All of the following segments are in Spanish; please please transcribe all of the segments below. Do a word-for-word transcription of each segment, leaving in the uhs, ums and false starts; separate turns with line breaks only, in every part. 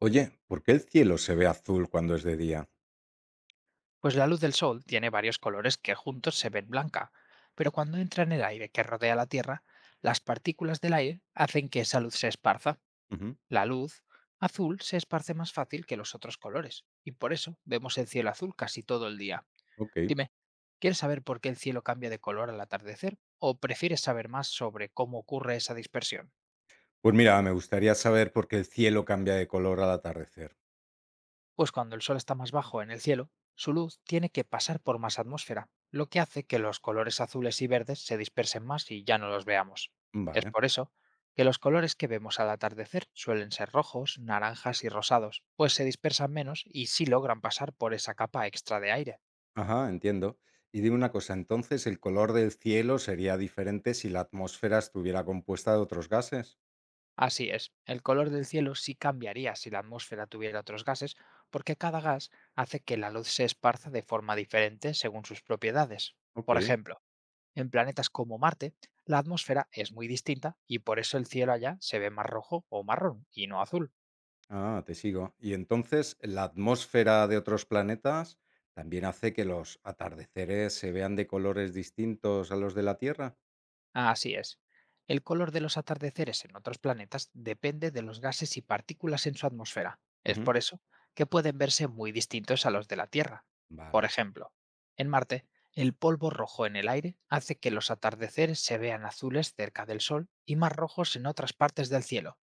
Oye, ¿por qué el cielo se ve azul cuando es de día?
Pues la luz del Sol tiene varios colores que juntos se ven blanca, pero cuando entra en el aire que rodea la Tierra, las partículas del aire hacen que esa luz se esparza.
Ujú,
La luz azul se esparce más fácil que los otros colores, y por eso vemos el cielo azul casi todo el día.
ok.
Dime, ¿quieres saber por qué el cielo cambia de color al atardecer o prefieres saber más sobre cómo ocurre esa dispersión?
Pues mira, me gustaría saber por qué el cielo cambia de color al atardecer.
Pues cuando el Sol está más bajo en el cielo, su luz tiene que pasar por más atmósfera, lo que hace que los colores azules y verdes se dispersen más y ya no los veamos. Es
Vale.
por eso que los colores que vemos al atardecer suelen ser rojos, naranjas y rosados, pues se dispersan menos y sí logran pasar por esa capa extra de aire.
Ajá, entiendo. Y dime una cosa, entonces el color del cielo sería diferente si la atmósfera estuviera compuesta de otros gases.
Así es, el color del cielo sí cambiaría si la atmósfera tuviera otros gases, porque cada gas hace que la luz se esparza de forma diferente según sus propiedades.
Ok.
Por ejemplo, en planetas como Marte, la atmósfera es muy distinta y por eso el cielo allá se ve más rojo o marrón y no azul.
Ah, te sigo. Y entonces la atmósfera de otros planetas también hace que los atardeceres se vean de colores distintos a los de la Tierra.
Así es. El color de los atardeceres en otros planetas depende de los gases y partículas en su atmósfera. Es
Ujú,
por eso que pueden verse muy distintos a los de la Tierra. Por
vale.
ejemplo, en Marte, el polvo rojo en el aire hace que los atardeceres se vean azules cerca del Sol y más rojos en otras partes del cielo.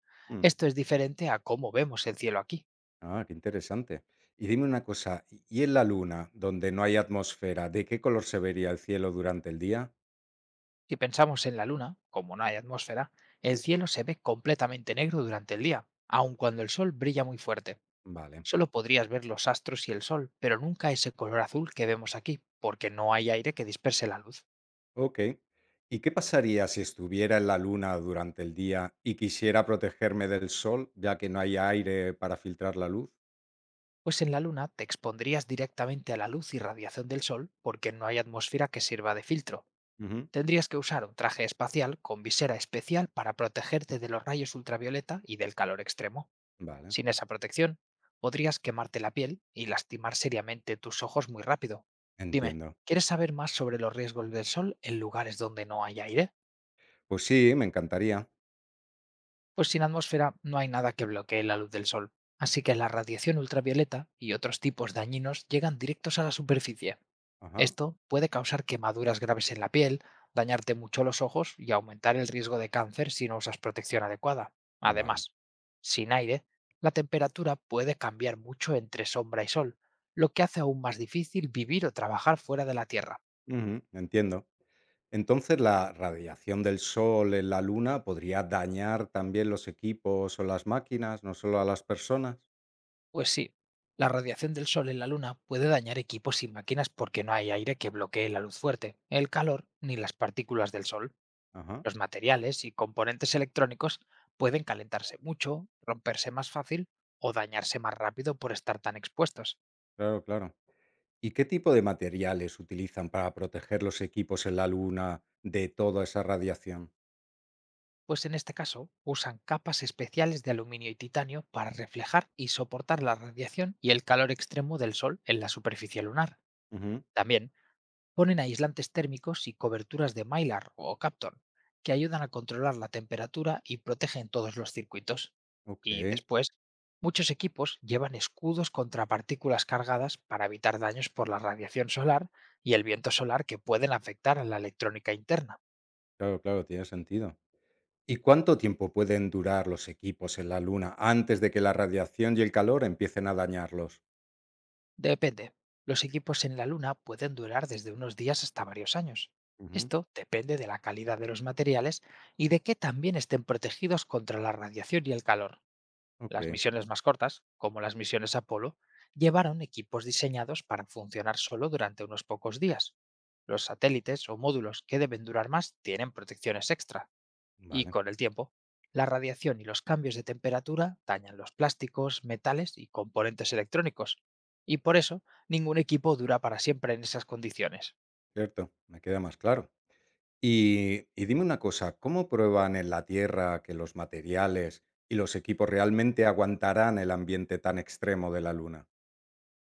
Esto es diferente a cómo vemos el cielo aquí.
Ah, qué interesante. Y dime una cosa, ¿y y en la Luna, donde no hay atmósfera, de qué color se vería el cielo durante el día?
Si pensamos en la Luna, como no hay atmósfera, el cielo se ve completamente negro durante el día, aun cuando el sol brilla muy fuerte.
Vale,
Solo podrías ver los astros y el sol, pero nunca ese color azul que vemos aquí, porque no hay aire que disperse la luz.
ok. ¿Y qué pasaría si estuviera en la Luna durante el día y quisiera protegerme del sol, ya que no hay aire para filtrar la luz?
Pues en la Luna te expondrías directamente a la luz y radiación del sol porque no hay atmósfera que sirva de filtro.
Ujú,
Tendrías que usar un traje espacial con visera especial para protegerte de los rayos ultravioleta y del calor extremo.
vale,
Sin esa protección, podrías quemarte la piel y lastimar seriamente tus ojos muy rápido. Dime,
entiendo.
¿quieres saber más sobre los riesgos del sol en lugares donde no hay aire?
Pues sí, me encantaría.
Pues sin atmósfera no hay nada que bloquee la luz del sol, así que la radiación ultravioleta y otros tipos dañinos llegan directos a la superficie.
Ajá,
Esto puede causar quemaduras graves en la piel, dañarte mucho los ojos y aumentar el riesgo de cáncer si no usas protección adecuada.
vale.
Además, sin aire, la temperatura puede cambiar mucho entre sombra y sol, lo que hace aún más difícil vivir o trabajar fuera de la Tierra.
Ujú, entiendo. Entonces, ¿la radiación del sol en la luna podría dañar también los equipos o las máquinas, no solo a las personas?
Pues sí, la radiación del sol en la Luna puede dañar equipos y máquinas porque no hay aire que bloquee la luz fuerte, el calor ni las partículas del sol.
Ajá,
Los materiales y componentes electrónicos pueden calentarse mucho, romperse más fácil o dañarse más rápido por estar tan expuestos.
claro, claro. ¿Y qué tipo de materiales utilizan para proteger los equipos en la luna de toda esa radiación?
Pues en este caso usan capas especiales de aluminio y titanio para reflejar y soportar la radiación y el calor extremo del Sol en la superficie lunar.
Ujú,
También ponen aislantes térmicos y coberturas de Mylar o Kapton, que ayudan a controlar la temperatura y protegen todos los circuitos.
ok,
Y después, muchos equipos llevan escudos contra partículas cargadas para evitar daños por la radiación solar y el viento solar que pueden afectar a la electrónica interna.
claro, claro, tiene sentido. ¿Y cuánto tiempo pueden durar los equipos en la luna antes de que la radiación y el calor empiecen a dañarlos?
Depende. Los equipos en la Luna pueden durar desde unos días hasta varios años.
Ujú,
Esto depende de la calidad de los materiales y de que también estén protegidos contra la radiación y el calor.
ok,
Las misiones más cortas, como las misiones Apolo, llevaron equipos diseñados para funcionar solo durante unos pocos días. Los satélites o módulos que deben durar más tienen protecciones extra, y
vale,
con el tiempo, la radiación y los cambios de temperatura dañan los plásticos, metales y componentes electrónicos, y por eso ningún equipo dura para siempre en esas condiciones.
cierto, me queda más claro. Y, y dime una cosa, ¿cómo prueban en la Tierra que los materiales y los equipos realmente aguantarán el ambiente tan extremo de la Luna?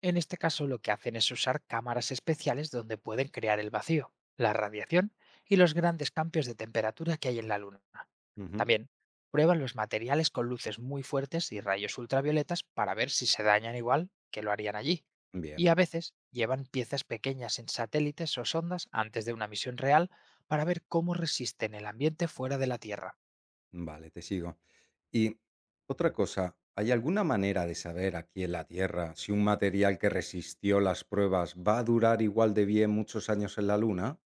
En este caso, lo que hacen es usar cámaras especiales donde pueden crear el vacío, la radiación y los grandes cambios de temperatura que hay en la Luna.
Ujú.
También prueban los materiales con luces muy fuertes y rayos ultravioletas para ver si se dañan igual que lo harían allí. Y
Bien,
a veces llevan piezas pequeñas en satélites o sondas antes de una misión real para ver cómo resisten el ambiente fuera de la Tierra.
vale, te sigo. Y otra cosa, ¿hay alguna manera de saber aquí en la Tierra si un material que resistió las pruebas va a durar igual de bien muchos años en la Luna?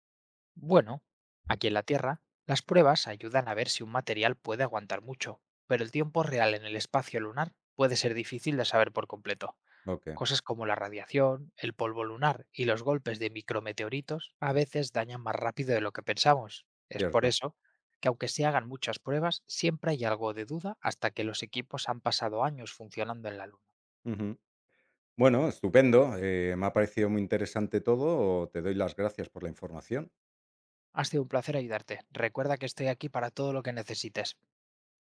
Bueno, aquí en la Tierra, las pruebas ayudan a ver si un material puede aguantar mucho, pero el tiempo real en el espacio lunar puede ser difícil de saber por completo.
Ok,
Cosas como la radiación, el polvo lunar y los golpes de micrometeoritos a veces dañan más rápido de lo que pensamos. Es por
cierto.
eso que aunque se hagan muchas pruebas, siempre hay algo de duda hasta que los equipos han pasado años funcionando en la Luna.
Ujú. Bueno, estupendo. Eh, me ha parecido muy interesante todo. Te doy las gracias por la información.
Ha sido un placer ayudarte. Recuerda que estoy aquí para todo lo que necesites.